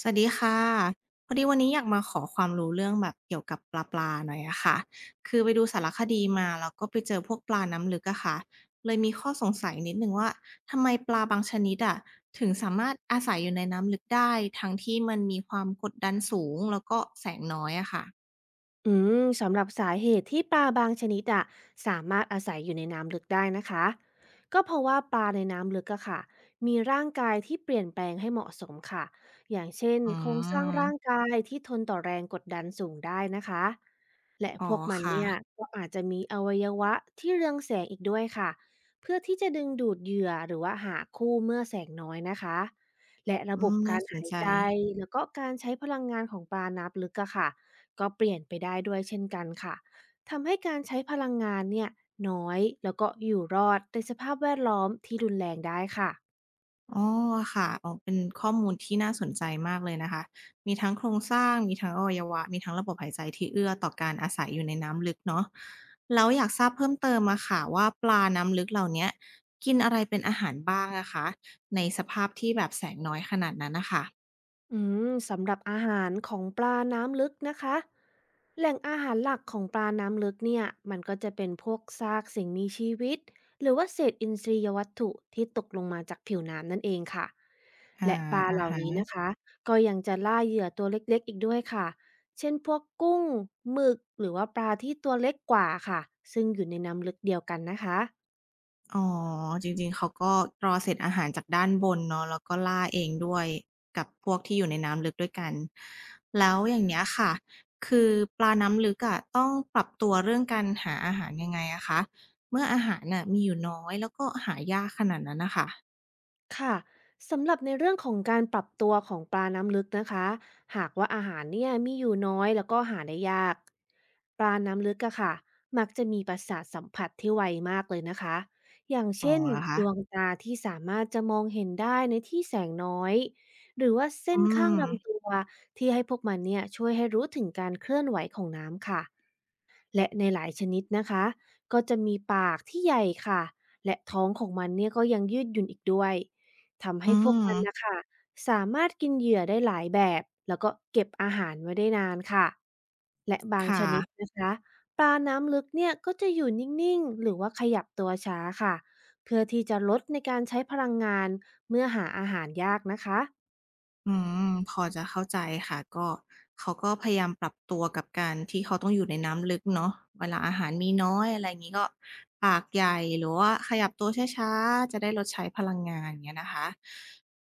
สวัสดีค่ะพอดีวันนี้อยากมาขอความรู้เรื่องแบบเกี่ยวกับปลาหน่อยอะค่ะคือไปดูสารคดีมาแล้วก็ไปเจอพวกปลาน้ำลึกอะค่ะเลยมีข้อสงสัยนิดนึงว่าทำไมปลาบางชนิดอะถึงสามารถอาศัยอยู่ในน้ำลึกได้ทั้งที่มันมีความกดดันสูงแล้วก็แสงน้อยอะค่ะอืมสำหรับสาเหตุที่ปลาบางชนิดอะสามารถอาศัยอยู่ในน้ำลึกได้นะคะก็เพราะว่าปลาในน้ำลึกอะค่ะมีร่างกายที่เปลี่ยนแปลงให้เหมาะสมค่ะอย่างเช่นอืโครงสร้างมร่างกายที่ทนต่อแรงกดดันสูงได้นะคะและอ๋อพวกมันค่ะเนี่ยก็อาจจะมีอวัยวะที่เรืองแสงอีกด้วยค่ะเพื่อที่จะดึงดูดเหยื่อหรือว่าหาคู่เมื่อแสงน้อยนะคะและอืระบมบน่าการสนหายใจ ใจแล้วก็การใช้พลังงานของปลาน้ำลึกอะค่ะ ก็เปลี่ยนไปได้ด้วยเช่นกันค่ะ ทำให้การใช้พลังงานเนี่ยน้อยแล้วก็อยู่รอดในสภาพแวดล้อมที่รุนแรงได้ค่ะ อ๋อค่ะอ๋อเป็นข้อมูลที่น่าสนใจมากเลยนะคะ มีทั้งโครงสร้าง มีทั้งอวัยวะ มีทั้งระบบหายใจที่เอื้อต่อการอาศัยอยู่ในน้ำลึกเนาะแล้วอยากทราบเพิ่มเติมอะค่ะว่าปลาน้ำลึกเหล่าเนี้ยกินอะไรเป็นอาหารบ้างอะคะในสภาพที่แบบแสงน้อยขนาดนั้นนะคะอืมสำหรับอาหารของปลาน้ำลึกนะคะแหล่งอาหารหลักของปลาน้ำลึกเนี่ยมันก็จะเป็นพวกซากสิ่งมีชีวิตหรือว่าเศษอินทรียวัตถุที่ตกลงมาจากผิวน้ำนั่นเองค่ะอาและปลาอะเหล่าฮะ นี้นะคะก็ยังจะล่าเหยื่อตัวเล็กๆอีกด้วยค่ะเช่นพวกกุ้งหมึกหรือว่าปลาที่ตัวเล็กกว่าค่ะซึ่งอยู่ในน้ำลึกเดียวกันนะคะ อ๋อจริงๆเขาก็รอเศษอาหารจากด้านบนเนาะแล้วก็ล่าเองด้วยกับพวกที่อยู่ในน้ำลึกด้วยกันแล้วอย่างเงี้ยค่ะคือปลาน้ำลึกอะต้องปรับตัวเรื่องการหาอาหารยังไงอะคะเมื่ออาหารน่ะมีอยู่น้อยแล้วก็หายากขนาดนั้นน่ะค่ะค่ะสำหรับในเรื่องของการปรับตัวของปลาน้ำลึกนะคะหากว่าอาหารเนี่ยมีอยู่น้อยแล้วก็หาได้ยากปลาน้ำลึกอะค่ะมักจะมีประสาทสัมผัสที่ไวมากเลยนะคะอย่างอ๋อเช่นเหรอคะดวงตาที่สามารถจะมองเห็นได้ในที่แสงน้อยหรือว่าเส้อืนข้ามงลำตัวที่ให้พวกมันเนี่ยช่วยให้รู้ถึงการเคลื่อนไหวของน้ำค่ะ และในหลายชนิดนะคะก็จะมีปากที่ใหญ่ค่ะและท้องของมันเนี่ยก็ยังยืดหยุ่นอีกด้วยทำให้อืพวกมมันนะคะสามารถกินเหยื่อได้หลายแบบแล้วก็เก็บอาหารไว้ได้นานค่ะและบางชค่ะ นิดนะคะปลาน้ำลึกเนี่ยก็จะอยู่นิ่งๆหรือว่าขยับตัวช้าค่ะเพื่อที่จะลดในการใช้พลังงานเมื่อหาอาหารยากนะคะ อืมพอจะเข้าใจค่ะก็เขาก็พยายามปรับตัวกับการที่เขาต้องอยู่ในน้ำลึกเนาะเวลาอาหารมีน้อยอะไรงี้ก็ปากใหญ่หรือว่าขยับตัวช้าๆจะได้ลดใช้พลังงานอย่างเงี้ยนะคะ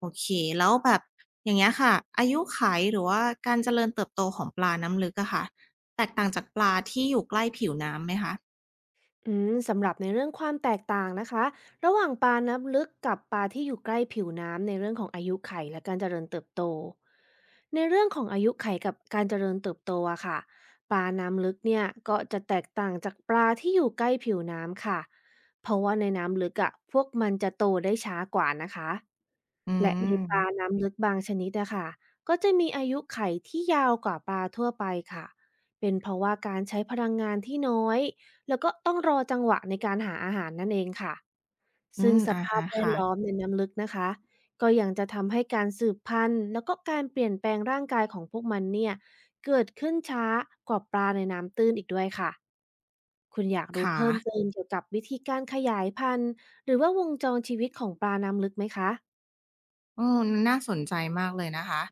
โอเคแล้วแบบอย่างเงี้ยค่ะอายุไขหรือว่าการเจริญเติบโตของปลาน้ำลึกอะค่ะแตกต่างจากปลาที่อยู่ใกล้ผิวน้ำไหมคะอืมสำหรับในเรื่องความแตกต่างนะคะระหว่างปลาน้ำลึกกับปลาที่อยู่ใกล้ผิวน้ำในเรื่องของอายุไข่และการเจริญเติบโตในเรื่องของอายุไข่กับการเจริญเติบโตอะค่ะปลาน้ำลึกเนี่ยก็จะแตกต่างจากปลาที่อยู่ใกล้ผิวน้ำค่ะเพราะว่าในน้ำลึกอะพวกมันจะโตได้ช้ากว่านะคะ อืและในปลามน้ำลึกบางชนิดอะค่ะก็จะมีอายุไขที่ยาวกว่าปลาทั่วไปค่ะเป็นเพราะว่าการใช้พลังงานที่น้อยแล้วก็ต้องรอจังหวะในการหาอาหารนั่นเองค่ะอืซึ่งมสอะภาพฮะแวดล้อค่ะมในน้ำลึกนะคะก็ยังจะทำให้การสืบพันธุ์แล้วก็การเปลี่ยนแปลงร่างกายของพวกมันเนี่ยเกิดขึ้นช้ากว่าปลาในน้ำตื้นอีกด้วยค่ะคุณอยากรู้ขา เพิ่มเติมเกี่ยวกับวิธีการขยายพันธุ์หรือว่าวงจรชีวิตของปลาน้ำลึกไหมคะ อือน่าสนใจมากเลยนะคะ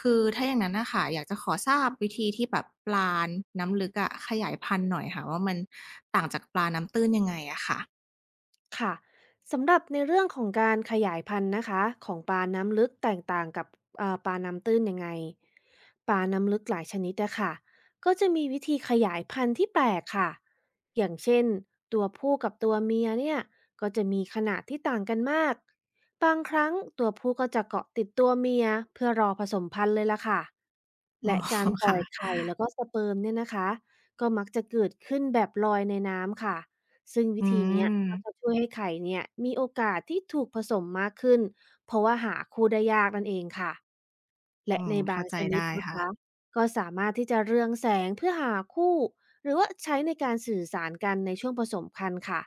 คือถ้าอย่างนั้นน่ะค่ะอยากจะขอทราบวิธีที่แบบปลาน้ำลึกอะขยายพันธุ์หน่อยค่ะว่ามันต่างจากปลาน้ำตื้นยังไงอะค่ะ ค่ะสำหรับในเรื่องของการขยายพันธุ์นะคะของปลาน้ำลึกแตกต่างกับปลาน้ำตื้นยังไงปลาน้ำลึกหลายชนิดนะคะก็จะมีวิธีขยายพันธุ์ที่แปลกค่ะอย่างเช่นตัวผู้กับตัวเมียเนี่ยก็จะมีขนาดที่ต่างกันมากบางครั้งตัวผู้ก็จะเกาะติดตัวเมียเพื่อรอผสมพันธุ์เลยล่ะค่ะอ๋อและการปล่ค่ะ อยไข่แล้วก็สเปิร์มเนี่ยนะคะก็มักจะเกิดขึ้นแบบลอยในน้ำค่ะ ซึ่งวิอืธีเนี้ยมก็จะช่วยให้ไข่เนี่ยมีโอกาสที่ถูกผสมมากขึ้นเพราะว่าหาคู่ได้ยากนั่นเองค่ะและอืมในบาเข้างใจชนิดได้นะค่ะ คะก็สามารถที่จะเรืองแสงเพื่อหาคู่หรือว่าใช้ในการสื่อสารกันในช่วงผสมพันธุ์ค่ะ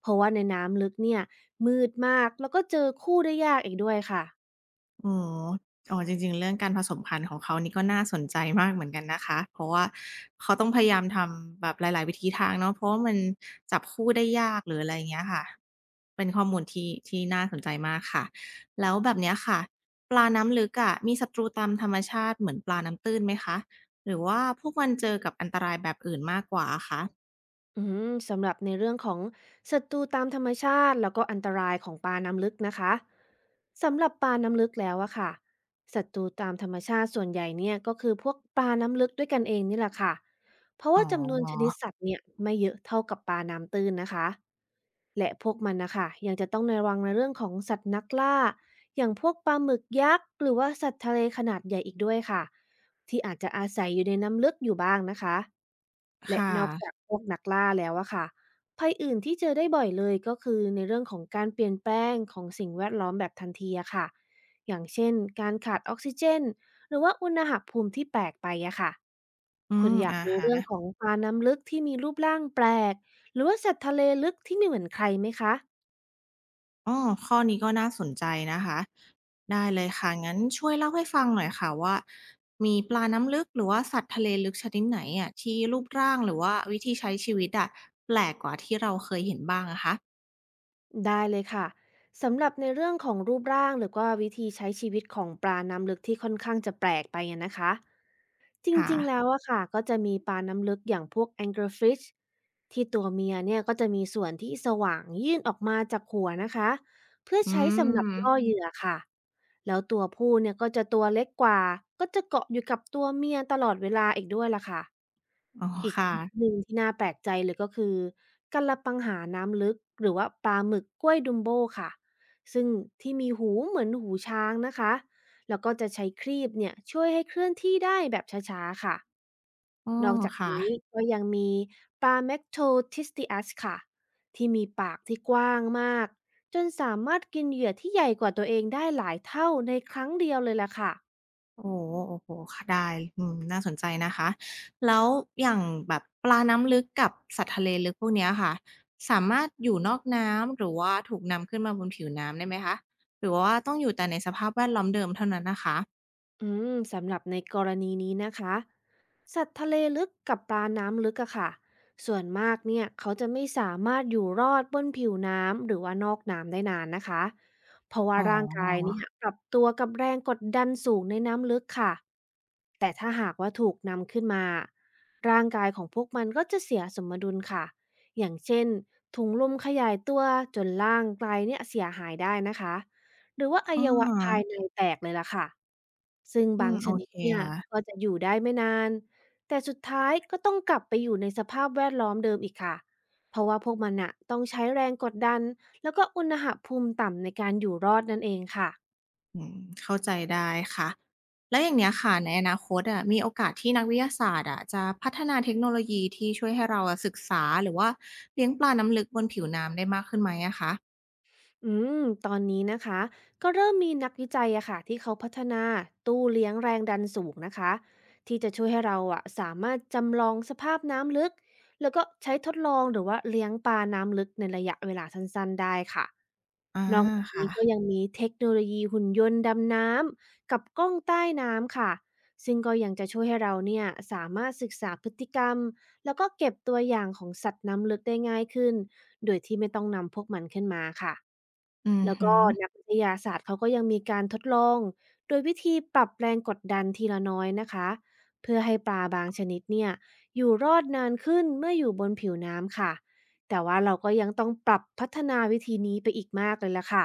เพราะว่าในน้ำลึกเนี่ยมืดมากแล้วก็เจอคู่ได้ยากอีกด้วยค่ะ อ๋ออ๋อจริงๆเรื่องการผสมพันธุ์ของเขานี่ก็น่าสนใจมากเหมือนกันนะคะเพราะว่าเขาต้องพยายามทำแบบหลายๆวิถีทางเนาะเพราะว่ามันจับคู่ได้ยากหรืออะไรอย่างเงี้ยค่ะเป็นข้อมูลที่น่าสนใจมากค่ะแล้วแบบเนี้ยค่ะปลาน้ำลึกอะมีศัตรูตามธรรมชาติเหมือนปลาน้ำตื้นไหมคะหรือว่าพวกมันเจอกับอันตรายแบบอื่นมากกว่าอะคะอืมสำหรับในเรื่องของศัตรูตามธรรมชาติแล้วก็อันตรายของปลาน้ำลึกนะคะสำหรับปลาน้ำลึกแล้วอะค่ะศัตรูตามธรรมชาติส่วนใหญ่เนี่ยก็คือพวกปลาน้ำลึกด้วยกันเองนี่แหละค่ะเพราะอ๋ว่าอจำนวนชนิดสัตว์เนี่ยไม่เยอะเท่ากับปลาน้ำตื้นนะคะ และพวกมันนะคะยังจะต้องระวังในเรื่องของสัตว์นักล่าอย่างพวกปลาหมึกยักษ์หรือว่าสัตว์ทะเลขนาดใหญ่อีกด้วยค่ะที่อาจจะอาศัยอยู่ในน้ำลึกอยู่บ้างนะคะและค่นอกจาะกพวกนักล่าแล้วอะค่ะภัยอื่นที่เจอได้บ่อยเลยก็คือในเรื่องของการเปลี่ยนแปลงของสิ่งแวดล้อมแบบทันทีอะค่ะอย่างเช่นการขาดออกซิเจนหรือว่าอุณหภูมิที่แปลกไปอะค่ะ อืคุมณอยากอะรู้ฮะ เรื่องของปลาน้ำลึกที่มีรูปร่างแปลกหรือว่าสัตว์ทะเลลึกที่ไม่เหมือนใครไหมคะอ๋อข้อนี้ก็น่าสนใจนะคะ ได้เลยค่ะ งั้นช่วยเล่าให้ฟังหน่อยค่ะว่ามีปลาน้ำลึกหรือว่าสัตว์ทะเลลึกชนิดไหนอ่ะที่รูปร่างหรือว่าวิธีใช้ชีวิตอ่ะแปลกกว่าที่เราเคยเห็นบ้างอะคะได้เลยค่ะสำหรับในเรื่องของรูปร่างหรือว่าวิธีใช้ชีวิตของปลาน้ำลึกที่ค่อนข้างจะแปลกไปอะนะคะจรค่ะ ิงๆแล้วอะค่ะก็จะมีปลาน้ำลึกอย่างพวก anglerfish ที่ตัวเมียเนี่ยก็จะมีส่วนที่สว่างยื่นออกมาจากหัวนะคะเพื่ออืใช้สำหรับมล่อเหยื่อค่ะ แล้วตัวผู้เนี่ยก็จะตัวเล็กกว่า ก็จะเกาะอยู่กับตัวเมียตลอดเวลาอีกด้วยล่ะค่ะ อ๋ออีกชค่ะนิดหนึ่งที่น่าแปลกใจเลยก็คือกัลปังหาน้ำลึกหรือว่าปลาหมึกกล้วยดุมโบค่ะ ซึ่งที่มีหูเหมือนหูช้างนะคะ แล้วก็จะใช้ครีบเนี่ยช่วยให้เคลื่อนที่ได้แบบช้าๆค่ะ อ้อนอกจากค่ะ นี้ก็ยังมีปลา m a c r o t i s t i d s ค่ะที่มีปากที่กว้างมากจนสามารถกินเหยื่อที่ใหญ่กว่าตัวเองได้หลายเท่าในครั้งเดียวเลยล่ะค่ะ โอ้โฮค่ะได้อืมน่าสนใจนะคะแล้วอย่างแบบปลาน้ำลึกกับสัตว์ทะเลลึกพวกเนี้ยค่ะสามารถอยู่นอกน้ำหรือว่าถูกนำขึ้นมาบนผิวน้ำได้ไหมคะหรือว่าต้องอยู่แต่ในสภาพแวดล้อมเดิมเท่านั้นน่ะคะสำหรับในกรณีนี้นะคะสัตว์ทะเลลึกกับปลาน้ำลึกอะค่ะส่วนมากเนี่ยเขาจะไม่สามารถอยู่รอดบนผิวน้ำหรือว่านอกน้ำได้นานนะคะเพราะว่าอ๋ร่างกายอเนี่ยปรับตัวกับแรงกดดันสูงในน้ำลึกค่ะแต่ถ้าหากว่าถูกนำขึ้นมาร่างกายของพวกมันก็จะเสียสมดุลค่ะอย่างเช่นถุงลมขยายตัวจนร่างกายเนี่ยเสียหายได้นะคะหรือว่าอวัอยวะภายาในแตกเลยล่ะค่ะ ซึ่งอืบามงโอชนิดเคเนี่ยค่ะก็จะอยู่ได้ไม่นานแต่สุดท้ายก็ต้องกลับไปอยู่ในสภาพแวดล้อมเดิมอีกค่ะเพราะว่าพวกมันอะต้องใช้แรงกดดันแล้วก็อุณหภูมิต่ำในการอยู่รอดนั่นเองค่ะ อืมเข้าใจได้ค่ะแล้วอย่างเนี้ยค่ะในอนาคตอะมีโอกาสที่นักวิทยาศาสตร์อะจะพัฒนาเทคโนโลยีที่ช่วยให้เราอะศึกษาหรือว่าเลี้ยงปลาน้ำลึกบนผิวน้ำได้มากขึ้นไหมอะคะ อืมตอนนี้นะคะก็เริ่มมีนักวิจัยอะค่ะที่เขาพัฒนาตู้เลี้ยงแรงดันสูงนะคะที่จะช่วยให้เราอะสามารถจำลองสภาพน้ำลึกแล้วก็ใช้ทดลองหรือว่าเลี้ยงปลาน้ำลึกในระยะเวลาสั้นๆได้ค่ะอานอกจากนี้ค่ะ ก็ยังมีเทคโนโลยีหุ่นยนต์ดำน้ำกับกล้องใต้น้ำค่ะซึ่งก็ยังจะช่วยให้เราเนี่ยสามารถศึกษาพฤติกรรมแล้วก็เก็บตัวอย่างของสัตว์น้ำลึกได้ง่ายขึ้นโดยที่ไม่ต้องนำพวกมันขึ้นมาค่ะ อือแล้วฮึก็นักวิทยาศาสตร์เขาก็ยังมีการทดลองโดยวิธีปรับแรงกดดันทีละน้อยนะคะเพื่อให้ปลาบางชนิดเนี่ยอยู่รอดนานขึ้นเมื่ออยู่บนผิวน้ำค่ะแต่ว่าเราก็ยังต้องปรับพัฒนาวิธีนี้ไปอีกมากเลยล่ะค่ะ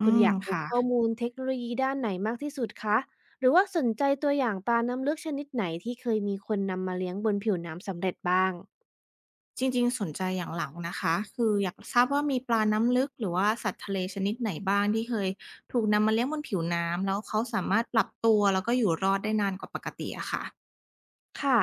อืคุณม อยากรู้ค่ะ ข้อมูลเทคโนโลยีด้านไหนมากที่สุดคะหรือว่าสนใจตัวอย่างปลาน้ำลึกชนิดไหนที่เคยมีคนนำมาเลี้ยงบนผิวน้ำสำเร็จบ้าง จริงๆสนใจอย่างหลังนะคะ คืออยากทราบว่ามีปลาน้ำลึกหรือว่าสัตว์ทะเลชนิดไหนบ้างที่เคยถูกนำมาเลี้ยงบนผิวน้ำแล้วเขาสามารถปรับตัวแล้วก็อยู่รอดได้นานกว่าปกติอะค่ะค่ะ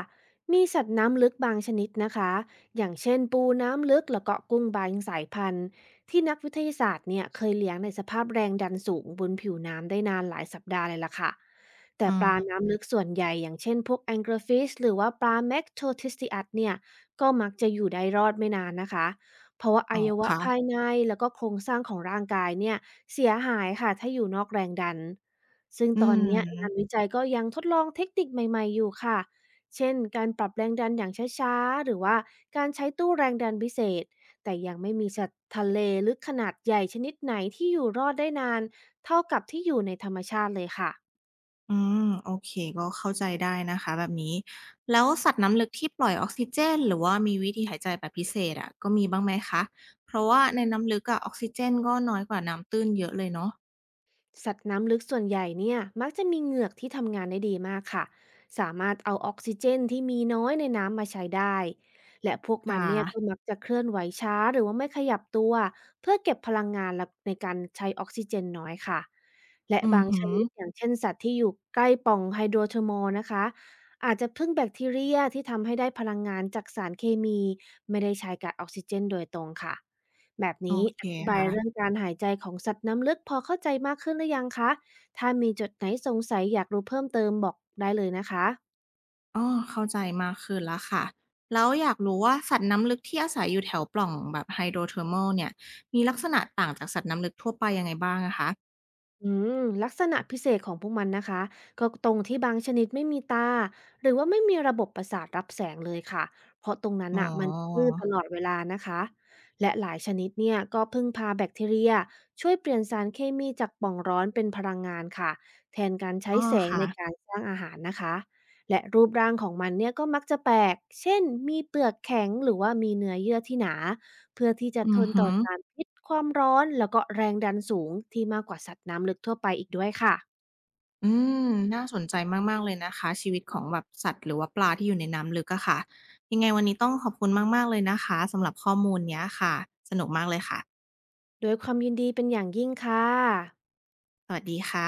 มีสัตว์น้ำลึกบางชนิดนะคะ อย่างเช่นปูน้ำลึกแล้วก็กุ้งบางสายพันธุ์ที่นักวิทยาศาสตร์เนี่ยเคยเลี้ยงในสภาพแรงดันสูงบนผิวน้ำได้นานหลายสัปดาห์เลยล่ะค่ะแต่อืปลามน้ำลึกส่วนใหญ่อย่างเช่นพวก anglerfish หรือว่าปลา m e c t o t i s t i a t เนี่ยก็มักจะอยู่ได้รอดไม่นานนะคะ เพราะว่าออ๋วัอยวะภายค่ะในแล้วก็โครงสร้างของร่างกายเนี่ยเสียหายค่ะถ้าอยู่นอกแรงดันซึ่งอืตอนเนี้ยงานวิมจัยก็ยังทดลองเทคนิคใหม่ๆอยู่ค่ะ เช่นการปรับแรงดันอย่างช้าๆ หรือว่าการใช้ตู้แรงดันพิเศษ แต่ยังไม่มีสัตว์ทะเลลึกขนาดใหญ่ชนิดไหนที่อยู่รอดได้นานเท่ากับที่อยู่ในธรรมชาติเลยค่ะ โอเคก็เข้าใจได้นะคะแบบนี้ แล้วสัตว์น้ำลึกที่ปล่อยออกซิเจนหรือว่ามีวิธีหายใจแบบพิเศษอะก็มีบ้างไหมคะเพราะว่าในน้ำลึกอะออกซิเจนก็น้อยกว่าน้ำตื้นเยอะเลยเนาะสัตว์น้ำลึกส่วนใหญ่เนี่ยมักจะมีเหงือกที่ทำงานได้ดีมากค่ะสามารถเอาออกซิเจนที่มีน้อยในน้ำมาใช้ได้และพวกมันค่ะ เนี่ยก็มักจะเคลื่อนไหวช้าหรือว่าไม่ขยับตัวเพื่อเก็บพลังงานและในการใช้ออกซิเจนน้อยค่ะและอือบางฮึชนิดอย่างเช่นสัตว์ที่อยู่ใกล้ปล่องไฮโดรเทอร์มอลนะคะอาจจะพึ่งแบคทีเรียที่ทำให้ได้พลังงานจากสารเคมีไม่ได้ใช้กับออกซิเจนโดยตรงค่ะ แบบโอนี้เคอธิบายเรื่องค่ะ การหายใจของสัตว์น้ำลึกพอเข้าใจมากขึ้นหรือยังคะ ถ้ามีจุดไหนสงสัยอยากรู้เพิ่มเติมบอกได้เลยนะคะ อ๋อเข้าใจมากขึ้นแล้วค่ะ แล้วอยากรู้ว่าสัตว์น้ำลึกที่อาศัยอยู่แถวปล่องแบบ hydrothermal เทอร์ม l เนี่ย มีลักษณะต่างจากสัตว์น้ำลึกทั่วไปยังไงบ้างอะคะ อืมลักษณะพิเศษของพวกมันนะคะก็ตรงที่บางชนิดไม่มีตาหรือว่าไม่มีระบบประสาทรับแสงเลยค่ะเพราะตรงนั้นอ๋อ อ่ะมันมืดตลอดเวลานะคะและหลายชนิดเนี่ยก็พึ่งพาแบคทีเรียช่วยเปลี่ยนสารเคมีจากปล่องร้อนเป็นพลังงานค่ะแทนการใช้อ๋อแสงในค่ะ การสร้างอาหารนะคะและรูปร่างของมันเนี่ยก็มักจะแปลกเช่นมีเปลือกแข็งหรือว่ามีเนื้อเยื่อที่หนา เพื่อที่จะอืทอนต่ฮึออสารพิษความร้อนแล้วก็แรงดันสูงที่มากกว่าสัตว์น้ำลึกทั่วไปอีกด้วยค่ะอืม น่าสนใจมากๆเลยนะคะชีวิตของแบบสัตว์หรือว่าปลาที่อยู่ในน้ำลึกอะค่ะ ยังไงวันนี้ต้องขอบคุณมากๆเลยนะคะสำหรับข้อมูลเนี้ยค่ะสนุกมากเลยค่ะด้วยความยินดีเป็นอย่างยิ่งค่ะสวัสดีค่ะ